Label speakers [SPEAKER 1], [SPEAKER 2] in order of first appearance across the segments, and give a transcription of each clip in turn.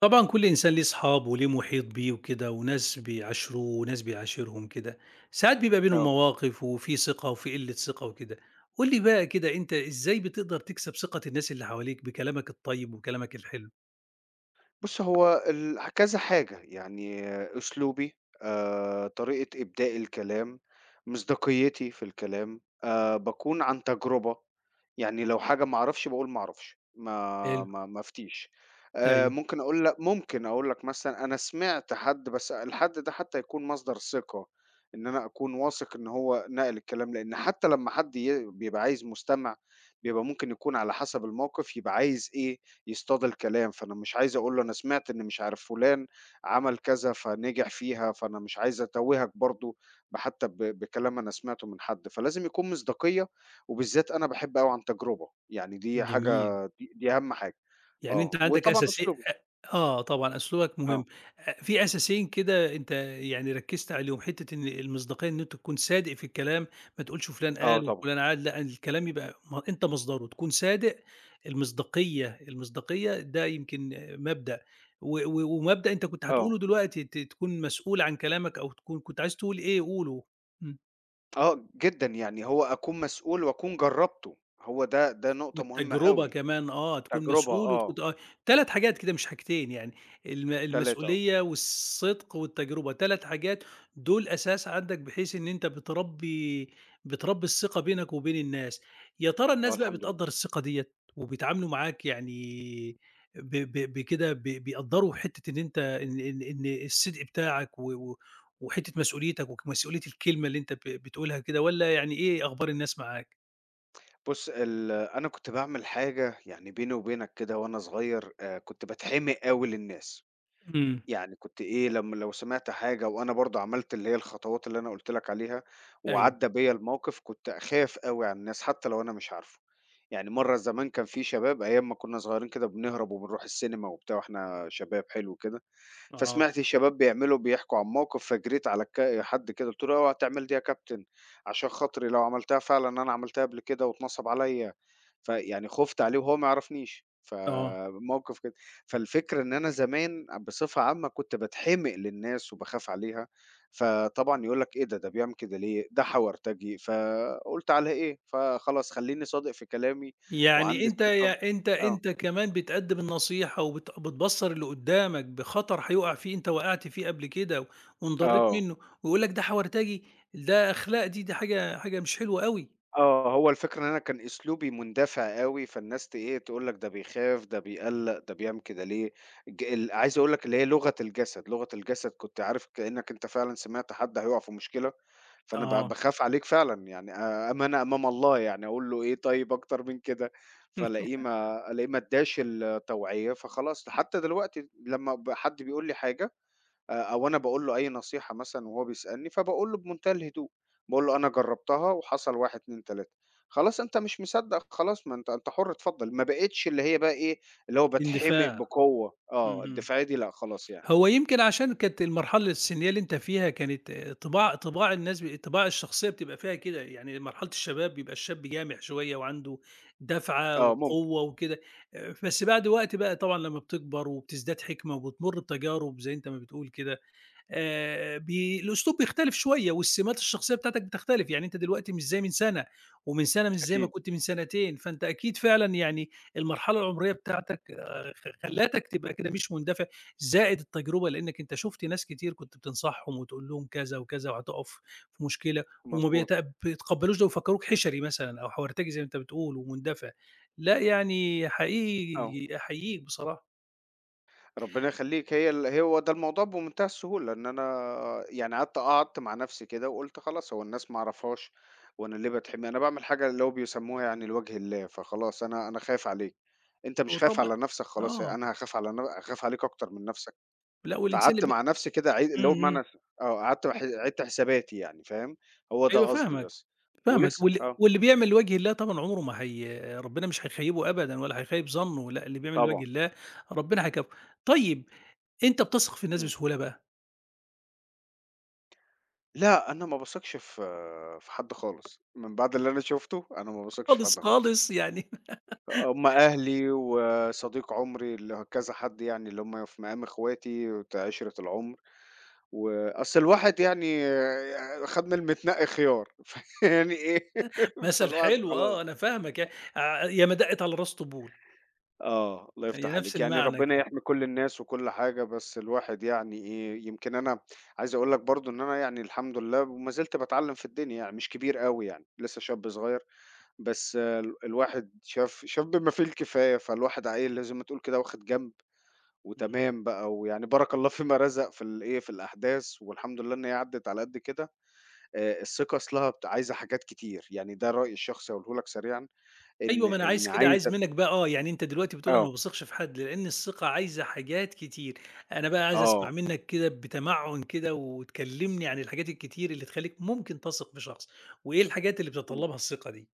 [SPEAKER 1] طبعًا كل إنسان ليه أصحاب وليه محيط بيه وكده، وناس بيعاشروه وناس بيعاشرهم كده، ساعات بيبقى بينهم
[SPEAKER 2] آه.
[SPEAKER 1] مواقف وفي ثقة وفي قلة ثقة وكده، قُل لي بقى كده أنت إزاي بتقدر تكسب ثقة الناس اللي حواليك بكلامك الطيب وكلامك الحلو؟
[SPEAKER 2] بُص، هو ال كذا حاجة، يعني أسلوبي، طريقة إبداء الكلام، مصداقيتي في الكلام، باكون عن تجربة، يعني لو حاجة ما أعرفش باقول ما أعرفش، ما
[SPEAKER 1] حلو،
[SPEAKER 2] ما ما أفتيش.
[SPEAKER 1] أيوه،
[SPEAKER 2] ممكن أقول لك مثلًا أنا سمعت حد، بس الحد ده حتى يكون مصدر ثقة، إن أنا أكون واثق إن هو نقل الكلام، لإن حتى لمّا حد ي بيبقى عايز مستمع بيبقى ممكن يكون على حسب الموقف يبقى عايز إيه، يصطاد الكلام، فأنا مش عايز أقول له أنا سمعت إن مش عارف فلان عمل كذا فنجح فيها، فأنا مش عايز أتوّهك برضه حتى ب بكلام أنا سمعته من حد، فلازم يكون مصداقية، وبالذات أنا باحب أوي عن تجربة، يعني دي
[SPEAKER 1] جميل.
[SPEAKER 2] حاجة دي دي أهم حاجة،
[SPEAKER 1] يعني أنت
[SPEAKER 2] آه،
[SPEAKER 1] عندك
[SPEAKER 2] وطبعًا
[SPEAKER 1] أساسي
[SPEAKER 2] أسلوبي،
[SPEAKER 1] آه طبعًا أسلوبك
[SPEAKER 2] آه،
[SPEAKER 1] مهم. في أساسيين كده أنت يعني ركّزت عليهم، حتّة إن المصداقية إن أنت تكون صادق في الكلام، ما تقولش فلان
[SPEAKER 2] آه
[SPEAKER 1] قال
[SPEAKER 2] طبعًا،
[SPEAKER 1] وفلان عاد، لأ الكلام يبقى ما أنت مصدره، تكون صادق، المصداقية ده يمكن مبدأ، و و ومبدأ أنت كنت
[SPEAKER 2] آه،
[SPEAKER 1] هتقوله دلوقتي تكون مسؤول عن كلامك أو تكون كنت عايز تقول إيه قوله. إمم.
[SPEAKER 2] آه جدًا، يعني هو أكون مسؤول وأكون جرّبته، هو ده نقطة مهمة
[SPEAKER 1] والتجربة
[SPEAKER 2] أوي،
[SPEAKER 1] كمان آه، تكون
[SPEAKER 2] تجربة
[SPEAKER 1] مسؤول وتكون
[SPEAKER 2] آه،
[SPEAKER 1] آه، 3 حاجات كده مش حاجتين يعني،
[SPEAKER 2] 3 آه،
[SPEAKER 1] المسؤولية والصدق والتجربة، 3 حاجات دول أساس عندك بحيث إن أنت بتربّي الثقة بينك وبين الناس، يا ترى
[SPEAKER 2] آه
[SPEAKER 1] الناس بقى
[SPEAKER 2] الحمد لله.
[SPEAKER 1] بتقدّر الثقة ديّة وبيتعاملوا معاك يعني ب ب بكده ب بيقدّروا حتّة إن أنت إن الصدق بتاعك و و وحتّة مسؤوليتك ومسؤولية الكلمة اللي أنت بتقولها كده والّا يعني إيه أخبار الناس معاك؟
[SPEAKER 2] بُص، ال أنا كنت باعمل حاجة يعني بيني وبينك كده وأنا صغير، كنت باتحمق أوي للناس،
[SPEAKER 1] إمم.
[SPEAKER 2] يعني كنت إيه لمّا لو سمعت حاجة وأنا برضه عملت اللي هي الخطوات اللي أنا قُلت لك عليها
[SPEAKER 1] أيوه،
[SPEAKER 2] وعدّى بيّا الموقف، كنت أخاف أوي على الناس حتى لو أنا مش عارفه، يعني مرّة زمان كان في شباب أيام ما كنا صغيرين كده بنهرب وبنروح السينما وبتاع وإحنا شباب حلو كده
[SPEAKER 1] آه.
[SPEAKER 2] فسمعت الشباب بيعملوا بيحكوا عن موقف، فجريت على حد كده قُلت له: "اوعى تعمل دي يا كابتن، عشان خاطري لو عملتها فعلًا أنا عملتها قبل كده واتنصب عليّا." فيعني خُفت عليه وهو ما يعرفنيش،
[SPEAKER 1] آه،
[SPEAKER 2] فموقف كده. فالفكرة إن أنا زمان بصفة عامة كنت باتحمق للناس وباخاف عليها، فطبعًا يقول لك: "إيه ده، ده بيعمل كده ليه؟ ده حورتجي." فقُلت على إيه، فخلاص خلّيني صادق في كلامي
[SPEAKER 1] يعني
[SPEAKER 2] وعندي
[SPEAKER 1] أنت
[SPEAKER 2] الثقة
[SPEAKER 1] يا أنت
[SPEAKER 2] آه،
[SPEAKER 1] أنت كمان بتقدّم النصيحة وبت بتبصّر اللي قدّامك بخطر هيُقع فيه أنت وقعت فيه قبل كده وانضريت
[SPEAKER 2] آه.
[SPEAKER 1] منّه، ويقول لك ده حورتجي، ده أخلاق دي، دي حاجة حاجة مش حلوة أوي.
[SPEAKER 2] آه، هو الفكرة إن أنا كان أسلوبي مندفع أوي، فالناس إيه، تقول لك ده بيخاف، ده بيقلّق، ده بيعمل كده ليه، ج ال عايز أقول لك اللي هي لغة الجسد، لغة الجسد كنت عارف كإنّك أنت فعلًا سمعت حد هيُقع في مشكلة، فأنا
[SPEAKER 1] آه،
[SPEAKER 2] باخاف عليك فعلًا، يعني أمانة أمام الله، يعني أقول له إيه طيب أكتر من كده، فالاقيه ما ألاقيه ما ادّاش التوعية، فخلاص حتى دلوقتي لمّا حد بيقول لي حاجة، أو أنا باقول له أي نصيحة مثلًا وهو بيسألني، فباقول له بمنتهى الهدوء، باقول له: "أنا جرّبتها وحصل 1، 2، 3." "خلاص أنت مش مصدّق خلاص ما أنت أنت حُر اتفضّل." ما بقِتش اللي هي بقى إيه، اللي هو باتحمق
[SPEAKER 1] الاندفاع،
[SPEAKER 2] بقوة، آه،
[SPEAKER 1] اهم.
[SPEAKER 2] الدفاعية دي لأ خلاص يعني.
[SPEAKER 1] هو يمكن عشان كانت المرحلة السنية اللي أنت فيها كانت طباع طباع الناس ب طباع الشخصية بتبقى فيها كده، يعني مرحلة الشباب بيبقى الشاب جامح شوية وعنده دَفعة
[SPEAKER 2] آه ممكن،
[SPEAKER 1] وقوة وكده، بس بعد وقت بقى طبعًا لمّا بتكبر وبتزداد حِكمة وبتمُر بتجارب زي أنت ما بتقول كده. بي الأسلوب بيختلف شوية والسمات الشخصية بتاعتك بتختلف، يعني أنت دلوقتي مش زي من سنة، ومن سنة مش زي ما
[SPEAKER 2] أكيد،
[SPEAKER 1] كنت من سنتين، فأنت أكيد فعلًا يعني المرحلة العمرية بتاعتك خ خلّتك تبقى كده مش مندفع، زائد التجربة لإنك أنت شُفت ناس كتير كنت بتنصحهم وتقول لهم كذا وكذا وهتقف في مشكلة وما بيت
[SPEAKER 2] مضبوط،
[SPEAKER 1] بيتقبلوش ده ويفكروك حشري مثلًا أو حورتجي زي ما أنت بتقول ومندفع، لأ يعني
[SPEAKER 2] آه.
[SPEAKER 1] حقيقي أحييك بصراحة،
[SPEAKER 2] ربنا يخلّيك، هي ال هو ده الموضوع بمنتهى السهولة، إن أنا يعني قعدت مع نفسي كده وقُلت خلاص هو الناس ما أعرفهاش، وأنا ليه باتحمي أنا باعمل حاجة اللي هو بيسموها يعني لوجه الله، فخلاص أنا خايف عليك، أنت مش خايف
[SPEAKER 1] وطبعًا
[SPEAKER 2] على نفسك خلاص
[SPEAKER 1] آه،
[SPEAKER 2] أنا هاخاف على ن هاخاف عليك أكتر من نفسك،
[SPEAKER 1] لأ والإنسان
[SPEAKER 2] فقعدت
[SPEAKER 1] اللي بي
[SPEAKER 2] مع نفسي كده أعيد اللي هو
[SPEAKER 1] إمم، إمم.
[SPEAKER 2] بمعنى آه، قعدت ح عِدت حساباتي يعني فاهم، هو ده
[SPEAKER 1] أيوه
[SPEAKER 2] قصدي
[SPEAKER 1] فاهمك،
[SPEAKER 2] بس،
[SPEAKER 1] فاهمك
[SPEAKER 2] ولسه
[SPEAKER 1] وال
[SPEAKER 2] آه،
[SPEAKER 1] واللي بيعمل لوجه الله طبعًا عمره ما هي ربنا مش هيخيّبه أبدًا ولا هيخيّب ظنّه، لأ اللي بيعمل
[SPEAKER 2] طبعًا،
[SPEAKER 1] لوجه الله ربنا هيكافئه. طيب أنت بتثق في الناس
[SPEAKER 2] إمم،
[SPEAKER 1] بسهولة بقى؟
[SPEAKER 2] لأ أنا ما باثقش في حد خالص، من بعد اللي أنا شُفته أنا ما باثقش في
[SPEAKER 1] خالص،
[SPEAKER 2] حد خالص.
[SPEAKER 1] خالص يعني.
[SPEAKER 2] هم أهلي وصديق عمري اللي كذا حد يعني اللي هم في مقام إخواتي بتاع عِشرة العُمر، وأصل الواحد يعني خَد من المتنقي خيار، فيعني إيه
[SPEAKER 1] مثل
[SPEAKER 2] فالواحد
[SPEAKER 1] حلو
[SPEAKER 2] خلاص
[SPEAKER 1] آه، أنا فاهمك ي ع ياما دقِّت على الراس طبول،
[SPEAKER 2] آه، الله
[SPEAKER 1] هي
[SPEAKER 2] يفتح
[SPEAKER 1] نفس
[SPEAKER 2] عليك، يعني
[SPEAKER 1] المعنى
[SPEAKER 2] ربنا
[SPEAKER 1] كده.
[SPEAKER 2] يحمي كل الناس وكل حاجة، بس الواحد يعني إيه، يمكن أنا عايز أقول لك برضه إن أنا يعني الحمد لله وما زلت باتعلّم في الدنيا يعني، مش كبير أوي يعني، لسه شاب صغير، بس آه، الواحد شاف بما فيه الكفاية، فالواحد عيل لازم ما تقول كده واخد جنب.
[SPEAKER 1] إمم.
[SPEAKER 2] وتمام بقى، ويعني بارك الله فيما رزق في الإيه، في الأحداث والحمد لله إن هي عدّت على قد كده، الثقة أصلها عايزة حاجات كتير، يعني ده رأيي الشخصي هاقوله لك سريعًا، إن
[SPEAKER 1] أيوه، ما أنا عايز
[SPEAKER 2] إن
[SPEAKER 1] كده، عايز
[SPEAKER 2] عايزة
[SPEAKER 1] منّك بقى آه، يعني أنت دلوقتي بتقول أنا ما
[SPEAKER 2] آه،
[SPEAKER 1] باثقش في حد، لإن الثقة عايزة حاجات كتير، أنا بقى عايز أسمع
[SPEAKER 2] آه.
[SPEAKER 1] منّك كده بتمعُّن كده وتكلّمني عن الحاجات الكتير اللي تخلّيك ممكن تثق في شخص، وإيه الحاجات اللي بتتطلّبها الثقة دي؟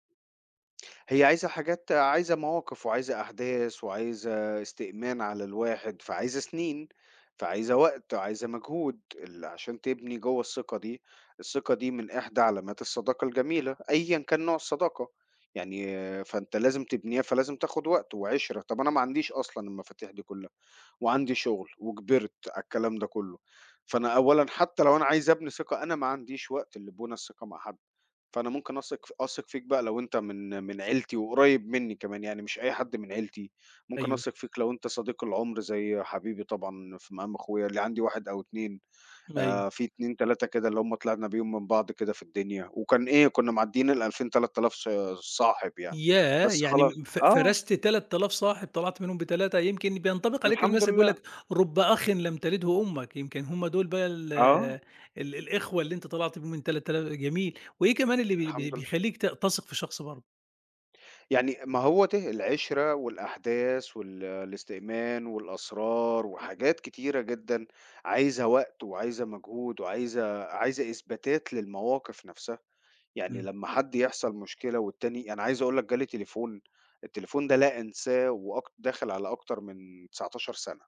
[SPEAKER 2] هي عايزة حاجات عايزة مواقف وعايزة أحداث وعايزة استئمان على الواحد، فعايزة سنين، فعايزة وقت، عايزة مجهود عشان تبني جوّه الثقة دي. الثقة دي من إحدى علامات الصداقة الجميلة، أيًا كان نوع الصداقة، يعني آه، فأنت لازم تبنيها، فلازم تاخد وقت وعِشرة. طب أنا ما عنديش أصلًا المفاتيح دي كلّها، وعندي شغل وكبرت على الكلام ده كلّه، فأنا أولًا حتى لو أنا عايز أبني ثقة، أنا ما عنديش وقت لبُنى الثقة مع حد. فأنا ممكن أثق فيك بقى لو أنت من عيلتي وقريب منّي كمان، يعني مش أي حد من عيلتي، ممكن
[SPEAKER 1] أيوه،
[SPEAKER 2] أثق فيك لو أنت صديق العُمر زي حبيبي طبعًا في مقام أخويا اللي عندي 1 أو 2،
[SPEAKER 1] أيوه،
[SPEAKER 2] في 2، 3 كده اللي هُم طلعنا بيهم من بعض كده في الدنيا، وكان إيه كنا معدّيين ال2000، 3000 صاحب يعني،
[SPEAKER 1] ياه!
[SPEAKER 2] بس
[SPEAKER 1] يعني
[SPEAKER 2] خلاص
[SPEAKER 1] م ف
[SPEAKER 2] آه،
[SPEAKER 1] فرست 3000 صاحب طلعت منهم ب3، يمكن بينطبق عليك
[SPEAKER 2] الحمد
[SPEAKER 1] المثل بيقول
[SPEAKER 2] لله،
[SPEAKER 1] لك: "رُبّ أخ لم تلده أمك." يمكن هم دول بقى ال
[SPEAKER 2] آه،
[SPEAKER 1] ال الإخوة اللي أنت طلعت بيهم من 3000. جميل، وإيه كمان اللي بي بي
[SPEAKER 2] الحمد لله.
[SPEAKER 1] بيخلّيك تثق في شخص برضه؟
[SPEAKER 2] يعني ما هو ده العِشرة والأحداث وال الاستئمان والأسرار وحاجات كتيرة جدًا عايزة وقت وعايزة مجهود وعايزة إثباتات للمواقف نَفْسها. يعني
[SPEAKER 1] إمم.
[SPEAKER 2] لمّا حد يحصل مشكلة والتاني أنا عايز أقول لك جالي تليفون، التليفون ده لا أنساه داخل على أكتر من 19 سَنة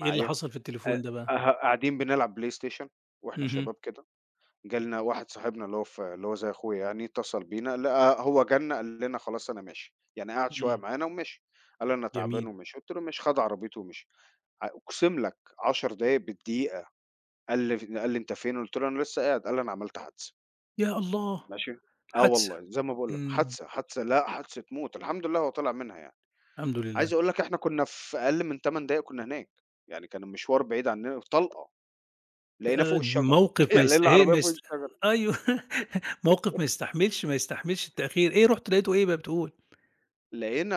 [SPEAKER 1] إيه اللي حصل في
[SPEAKER 2] أ
[SPEAKER 1] التليفون ده بقى؟
[SPEAKER 2] أه قاعدين بنلعب بلاي ستيشن وإحنا
[SPEAKER 1] اهم،
[SPEAKER 2] شباب كده جالنا واحد صاحبنا اللي هو زي أخويا يعني اتصل بينا، لقى هو جالنا قال لنا خلاص أنا ماشي، يعني قعد شوية
[SPEAKER 1] إمم،
[SPEAKER 2] معانا ومشي، قال أنا تعبان
[SPEAKER 1] جميل.
[SPEAKER 2] ومشي، قُلت له ماشي، خد عربيته ومشي، أقسم لك 10 دقايق بالدقيقة قال لي: "أنت فين؟" قُلت له: "أنا لسه قاعد." قال لي: "أنا عملت حادثة."
[SPEAKER 1] يا الله!
[SPEAKER 2] ماشي، آه
[SPEAKER 1] حادثة،
[SPEAKER 2] والله زي ما باقول لك
[SPEAKER 1] إمم،
[SPEAKER 2] حادثة، حادثة لأ حادثة موت، الحمد لله هو طلع منها يعني.
[SPEAKER 1] الحمد لله.
[SPEAKER 2] عايز أقول لك إحنا كنا في أقل من 8 دقايق كنا هناك، يعني كان المشوار بعيد عننا طلقة، لقيناه
[SPEAKER 1] آآ،
[SPEAKER 2] فوق الشجرة،
[SPEAKER 1] موقف ما
[SPEAKER 2] يعني لقينا
[SPEAKER 1] يستهي
[SPEAKER 2] العربية
[SPEAKER 1] ما
[SPEAKER 2] فوق
[SPEAKER 1] يست
[SPEAKER 2] الشجرة.
[SPEAKER 1] أيوه، موقف ما يستحملش التأخير، إيه رُحت لقيته إيه بقى بتقول؟
[SPEAKER 2] لقينا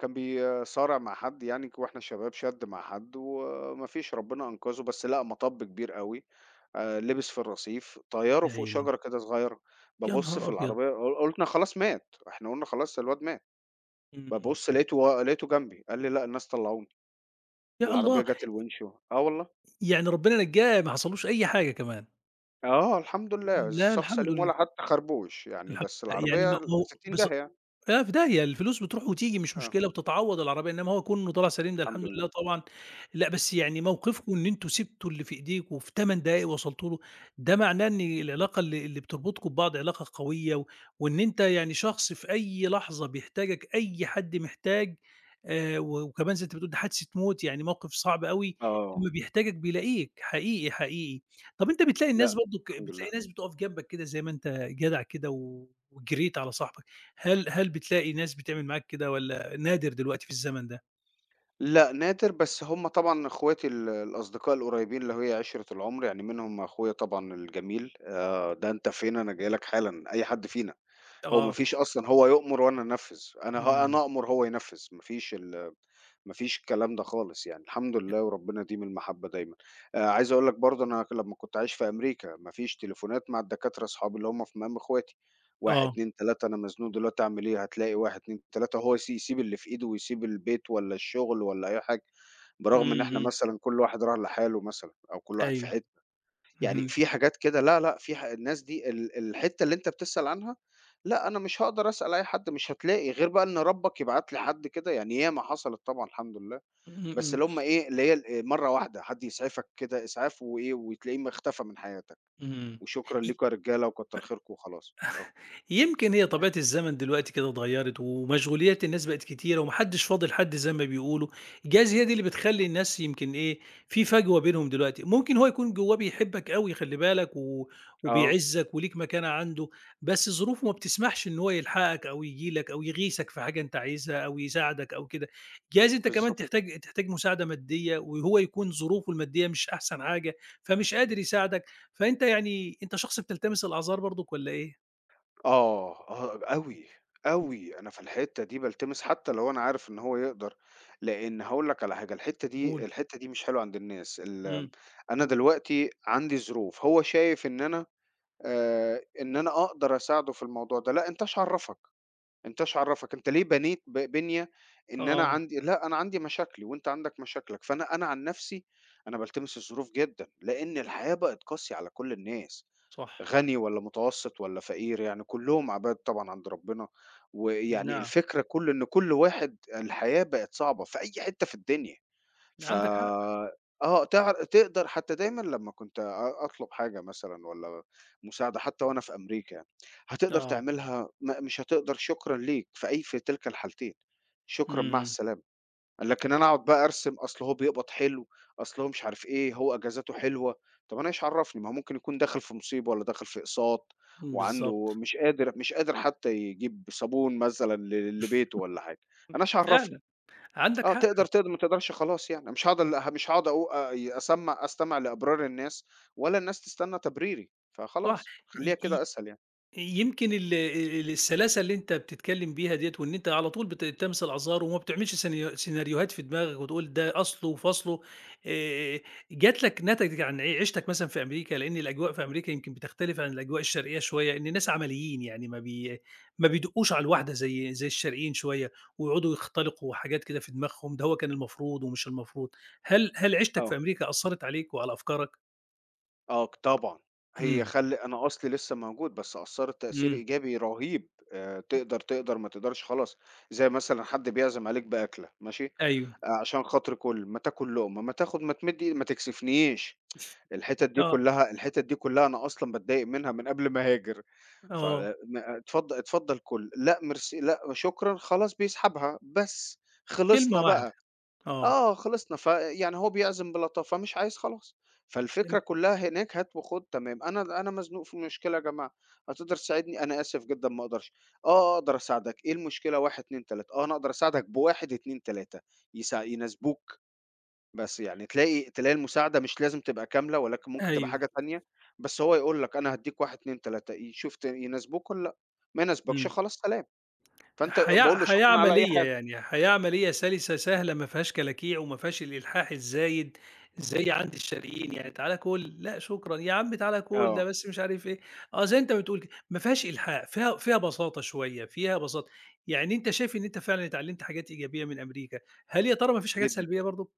[SPEAKER 2] كان بيصارع مع حد يعني وإحنا شباب شَد مع حد وما فيش ربنا أنقذه، بس لأ مطب كبير أوي، لبس في الرصيف، طيّاره
[SPEAKER 1] يا
[SPEAKER 2] فوق
[SPEAKER 1] عيني،
[SPEAKER 2] شجرة كده صغيّرة،
[SPEAKER 1] يا
[SPEAKER 2] بابُص في
[SPEAKER 1] نهار أبيض!
[SPEAKER 2] العربية قُلنا خلاص مات، إحنا قُلنا خلاص الواد مات،
[SPEAKER 1] إمم،
[SPEAKER 2] بابُص لقيته جنبي، قال لي: "لأ الناس طلّعوني."
[SPEAKER 1] يا
[SPEAKER 2] العربية
[SPEAKER 1] الله!
[SPEAKER 2] جات الوِنش آه والله،
[SPEAKER 1] يعني ربنا نجّاه ما حصلوش أي حاجة كمان.
[SPEAKER 2] آه الحمد لله،
[SPEAKER 1] لا
[SPEAKER 2] الشخص
[SPEAKER 1] الحمد
[SPEAKER 2] سليم
[SPEAKER 1] لله،
[SPEAKER 2] ولا حتى خربوش يعني،
[SPEAKER 1] الحمد
[SPEAKER 2] بس
[SPEAKER 1] لله، يعني
[SPEAKER 2] العربية
[SPEAKER 1] ما
[SPEAKER 2] في
[SPEAKER 1] ما هو
[SPEAKER 2] 60
[SPEAKER 1] بص
[SPEAKER 2] داهية يعني،
[SPEAKER 1] لأ في داهية، الفلوس بتروح وتيجي مش
[SPEAKER 2] آه
[SPEAKER 1] مشكلة وبتتعوّض العربية، إنّما هو كُنّه طالع سليم ده
[SPEAKER 2] الحمد
[SPEAKER 1] الحمد
[SPEAKER 2] لله،
[SPEAKER 1] لله طبعًا، لأ بس يعني موقفكم إن أنتم سِبتوا اللي في إيديكم وفي 8 دقايق وصلتوا له، ده معناه إن العلاقة اللي بتربطكم ببعض علاقة قوية، و وإن أنت يعني شخص في أي لحظة بيحتاجك، أي حد محتاج و وكمان زي أنت بتقول ده حادثة موت، يعني موقف صعب أوي،
[SPEAKER 2] آه،
[SPEAKER 1] لمّا بيحتاجك بيلاقيك حقيقي، حقيقي. طَب أنت بتلاقي
[SPEAKER 2] لأ
[SPEAKER 1] الناس برضه
[SPEAKER 2] الحمد لله.
[SPEAKER 1] بتلاقي ناس بتُقف جنبك كده زي ما أنت جدع كده و وجريت على صاحبك؟ هل بتلاقي ناس بتعمل معاك كده والّا نادر دلوقتي في الزمن ده؟
[SPEAKER 2] لأ، نادر بس هم طبعًا إخواتي الأصدقاء القريبين اللي هي عِشرة العُمر، يعني منهم أخويا طبعًا الجميل، ده أنت فين أنا جاي لك حالًا، أي حد فينا. هو ما
[SPEAKER 1] آه.
[SPEAKER 2] فيش أصلًا، هو يؤمر وأنا أنفّذ،
[SPEAKER 1] إمم.
[SPEAKER 2] أنا أأمر هو ينفّذ، ما فيش الكلام ده خالص يعني، الحمد
[SPEAKER 1] أ
[SPEAKER 2] لله وربنا يديم المحبة دايمًا. عايز أقول لك برضه أنا لمّا كنت عايش في أمريكا، ما فيش تليفونات مع الدكاترة أصحابي اللي هم في مقام إخواتي، 1،
[SPEAKER 1] آه.
[SPEAKER 2] 2، 3 أنا مزنوق دلوقتي أعمل إيه، هتلاقي 1، 2، 3 هو يسيب اللي في إيده ويسيب البيت والّا الشغل والّا أي حاجة،
[SPEAKER 1] إمم،
[SPEAKER 2] برغم إن إحنا
[SPEAKER 1] إمم،
[SPEAKER 2] مثلًا كل واحد راح لحاله مثلًا أو كل واحد في
[SPEAKER 1] أيوه.
[SPEAKER 2] حتّة. يعني
[SPEAKER 1] اهم.
[SPEAKER 2] في حاجات كده لأ، لأ، في ح الناس دي الحتّة اللي أنت بتسأل عنها، لأ، أنا مش هاقدر أسأل أي حد، مش هتلاقي غير بقى إن ربّك يبعت لي حد كده، يعني ياما حصلت طبعًا الحمد لله،
[SPEAKER 1] إمم،
[SPEAKER 2] بس
[SPEAKER 1] إمم،
[SPEAKER 2] اللي هم إيه، اللي هي ال مرّة واحدة، حد يسعفك كده إسعاف وإيه، وتلاقيه اختفى من حياتك،
[SPEAKER 1] إمم.
[SPEAKER 2] وشكرًا
[SPEAKER 1] إ
[SPEAKER 2] ليكم يا رجالة وكتّر خيركم وخلاص، آه.
[SPEAKER 1] يمكن هي طبيعة الزمن دلوقتي كده اتغيّرت، ومشغوليات الناس بقت كتيرة، وما حدش فاضي لحد زي ما بيقولوا، جايز هي دي اللي بتخلّي الناس يمكن إيه، في فجوة بينهم دلوقتي، ممكن هو يكون جوّاه بيحبك أوي خلّي بالك و
[SPEAKER 2] آه،
[SPEAKER 1] وبيعزّك وليك مكانة عنده، بس ظروفه ما بتسمحش إن هو يلحقك أو ييجي لك أو يغيثك في حاجة أنت عايزها أو يساعدك أو كده، جايز أنت كمان
[SPEAKER 2] بالضبط.
[SPEAKER 1] تحتاج مساعدة مادية وهو يكون ظروفه المادية مش أحسن حاجة، فمش قادر يساعدك، فأنت يعني أنت شخص بتلتمس الأعذار برضُك والّا إيه؟
[SPEAKER 2] آه، آه أوي، أوي، أنا في الحتّة دي بالتمس حتّى لو أنا عارف إن هو يقدر، لإن هاقول لك على حاجة، الحتّة دي
[SPEAKER 1] قُل،
[SPEAKER 2] الحتّة دي مش حلوة عند الناس،
[SPEAKER 1] إمم،
[SPEAKER 2] أنا دلوقتي عندي ظروف، هو شايف إن أنا، إن أنا أقدر أساعده في الموضوع ده، لأ أنت إيش عرّفك، أنت إيش عرّفك، أنت ليه بنيت بِنية إن أنا
[SPEAKER 1] آه،
[SPEAKER 2] عندي لأ أنا عندي مشاكلي وأنت عندك مشاكلك، فأنا عن نفسي أنا بالتمس الظروف جدًا، لإن الحياة بقت قاسية على كل الناس.
[SPEAKER 1] صح،
[SPEAKER 2] غني والّا متوسط والّا فقير، يعني كلّهم عباد طبعًا عند ربنا، ويعني
[SPEAKER 1] نعم،
[SPEAKER 2] الفكرة كل إن كل واحد الحياة بقت صعبة في أي حتّة في الدنيا، ف
[SPEAKER 1] عندك حق،
[SPEAKER 2] آه تقدر حتّى دايمًا لمّا كنت أطلب حاجة مثلًا والّا مساعدة حتّى وأنا في أمريكا يعني، هتقدر
[SPEAKER 1] آه،
[SPEAKER 2] تعملها مش هتقدر شكرًا ليك في أي في تلك الحالتين، شكرًا مع
[SPEAKER 1] إمم،
[SPEAKER 2] السلامة. لكن أنا أقعد بقى أرسم، أصل هو بيقبض حلو، أصل هو مش عارف إيه، هو إجازاته حلوة، طب أنا إيش عرّفني؟ ما هو ممكن يكون داخل في مصيبة والّا داخل في إقساط
[SPEAKER 1] إمم،
[SPEAKER 2] وعنده
[SPEAKER 1] بالضبط،
[SPEAKER 2] مش قادر حتى يجيب صابون مثلًا لبيته والّا حاجة، أنا إيش عرّفني؟
[SPEAKER 1] فعلًا عندك
[SPEAKER 2] آه
[SPEAKER 1] حق،
[SPEAKER 2] تقدر، تقدر ما تقدرش خلاص يعني، مش هاقعد أقو أ أستمع لأبرار الناس ولا الناس تستنى تبريري،
[SPEAKER 1] صح،
[SPEAKER 2] فخلاص خلّيها
[SPEAKER 1] ي
[SPEAKER 2] كده أسهل يعني.
[SPEAKER 1] يمكن ال ال السلاسة اللي أنت بتتكلّم بيها ديّة وإن أنت على طول بتلمس الأعذار وما بتعملش سيناريوهات في دماغك وتقول ده أصله وفصله، آآ، جات لك نتجِت عن عيشتك مثلًا في أمريكا، لإن الأجواء في أمريكا يمكن بتختلف عن الأجواء الشرقية شوية، إن الناس عمليين يعني ما بيدقّوش على الواحدة زي الشرقيين شوية ويقعدوا يختلقوا حاجات كده في دماغهم، ده هو كان المفروض ومش المفروض. هل عيشتك
[SPEAKER 2] آه.
[SPEAKER 1] في أمريكا أثّرت عليك وعلى أفكارك؟
[SPEAKER 2] آه طبعًا، هي
[SPEAKER 1] إمم،
[SPEAKER 2] خل أنا أصلي لسه موجود، بس أثّرت تأثير
[SPEAKER 1] إمم،
[SPEAKER 2] إيجابي رهيب، تقدر، تقدر، ما تقدرش خلاص، زي مثلًا حد بيعزم عليك بأكلة ماشي،
[SPEAKER 1] أيوه،
[SPEAKER 2] عشان خاطري كُل، ما تاكل لقمة، ما تاخد ما تمد إي ما تكسفنيش، الحتت دي
[SPEAKER 1] آه،
[SPEAKER 2] كلها الحتت دي كلها أنا أصلًا باتضايق منها من قبل ما أهاجر، ف
[SPEAKER 1] آه،
[SPEAKER 2] ما اتفضل اتفضل كُل، لأ ميرسي، لأ شكرًا، خلاص بيسحبها، بس
[SPEAKER 1] كلمة
[SPEAKER 2] خلصنا
[SPEAKER 1] واحدة.
[SPEAKER 2] بقى.
[SPEAKER 1] آه،
[SPEAKER 2] آه، خلصنا، فيعني هو بيعزم بلطافة، مش عايز خلاص، فالفكرة
[SPEAKER 1] إمم،
[SPEAKER 2] كلّها هناك هات وخُد تمام، أنا مزنوق في مشكلة يا جماعة، هتقدر تساعدني؟ أنا آسف جدًا ما أقدرش، آه، أقدر أساعدك، إيه المشكلة؟ 1، 2، 3، آه، أنا أقدر أساعدك ب1، 2، 3 يناسبوك، بس يعني تلاقي المساعدة مش لازم تبقى كاملة، ولكن ممكن تبقى
[SPEAKER 1] أيوه،
[SPEAKER 2] حاجة تانية، بس هو يقول لك أنا هادّيك 1، 2، 3 شوف يناسبوك والّا لأ، ما يناسبكش
[SPEAKER 1] إمم،
[SPEAKER 2] خلاص سلام، فأنت
[SPEAKER 1] حياة
[SPEAKER 2] باقول له
[SPEAKER 1] حياة
[SPEAKER 2] شكرًا على أي
[SPEAKER 1] عملية
[SPEAKER 2] حال.
[SPEAKER 1] يعني، حياة عملية سلسة سهلة ما فيهاش كلاكيع وما فيهاش الإلحاح الزايد زي عند الشاريين، يعني تعالَ كُل، لأ شكرًا، يا عم تعالَ كُل ده
[SPEAKER 2] آه،
[SPEAKER 1] بس مش عارف إيه، آه زي أنت بتقول كده، ما فيهاش إلحاح، فيها بساطة شوية، فيها بساطة، يعني أنت شايف إن أنت فعلًا اتعلمت حاجات إيجابية من أمريكا، هل يا ترى ما فيش حاجات
[SPEAKER 2] جدًا.
[SPEAKER 1] سلبية برضه؟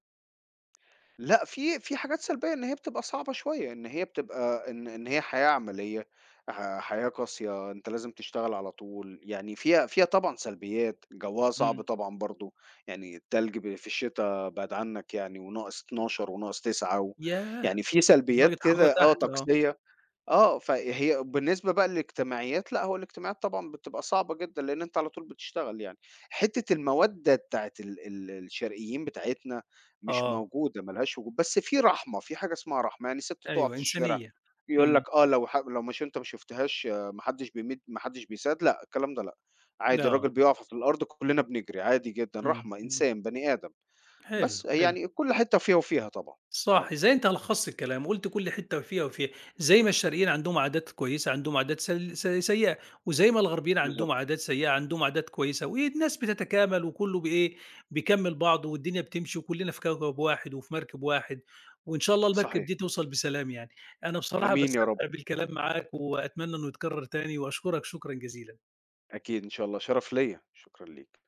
[SPEAKER 2] لأ، في حاجات سلبية إن هي بتبقى صعبة شوية، إن هي بتبقى إن هي حياة عملية، حياة قاسية، أنت لازم تشتغل على طول، يعني فيها طبعًا سلبيات، جوها صعب
[SPEAKER 1] إمم،
[SPEAKER 2] طبعًا برضه، يعني التلج في الشتا بعد عنّك يعني وناقص 12 وناقص 9 و
[SPEAKER 1] ياه!
[SPEAKER 2] يعني في
[SPEAKER 1] درجة
[SPEAKER 2] سلبيات
[SPEAKER 1] حرارة
[SPEAKER 2] كده آه، إمم.
[SPEAKER 1] تحت آه،
[SPEAKER 2] طقسية آه، فهي بالنسبة بقى للاجتماعيات، لأ هو الاجتماعيات طبعًا بتبقى صعبة جدًا، لإن أنت على طول بتشتغل يعني. حتّة المَوَدّة بتاعة ال ال الشرقيين بتاعتنا مش
[SPEAKER 1] آه،
[SPEAKER 2] موجودة، ما لهاش وجود، بس في رحمة، في حاجة اسمها رحمة، يعني سِت تُقَف
[SPEAKER 1] أيوه
[SPEAKER 2] في الشارع
[SPEAKER 1] إنسانية،
[SPEAKER 2] يقول لك
[SPEAKER 1] إمم،
[SPEAKER 2] آه لو مش أنت ما شُفتهاش ما حدّش بيمِد ما حدّش بيساعد، لأ الكلام ده لأ، عادي الراجل
[SPEAKER 1] آه،
[SPEAKER 2] بيُقَف في الأرض كُلّنا بنجري، عادي جدًا،
[SPEAKER 1] إمم،
[SPEAKER 2] رحمة،
[SPEAKER 1] إمم،
[SPEAKER 2] إنسان، بني آدم،
[SPEAKER 1] حلو،
[SPEAKER 2] بس
[SPEAKER 1] حلو.
[SPEAKER 2] يعني كل حتّة فيها وفيها طبعًا. آه،
[SPEAKER 1] صح، زي أنت لخّصت الكلام، وقُلت كل حتّة فيها وفيها، زي ما الشرقيين عندهم عادات كويسة، عندهم عادات سل س سيئة، وزي ما الغربيين عندهم
[SPEAKER 2] بالضبط،
[SPEAKER 1] عادات سيئة، عندهم عادات كويسة، والناس بتتكامل وكلّه إيه، بيكمّل بعضه والدنيا بتمشي وكلّنا في كوكب واحد وفي مركب واحد، وإن شاء الله المركب
[SPEAKER 2] صحيح،
[SPEAKER 1] دي توصل بسلام يعني. أنا بصراحة
[SPEAKER 2] آمين يا رب.
[SPEAKER 1] باستمتع بالكلام معاك وأتمنى إنه يتكرر تاني وأشكرك شكرًا جزيلًا.
[SPEAKER 2] أكيد إن شاء الله، شرف ليّا، شكرًا ليك.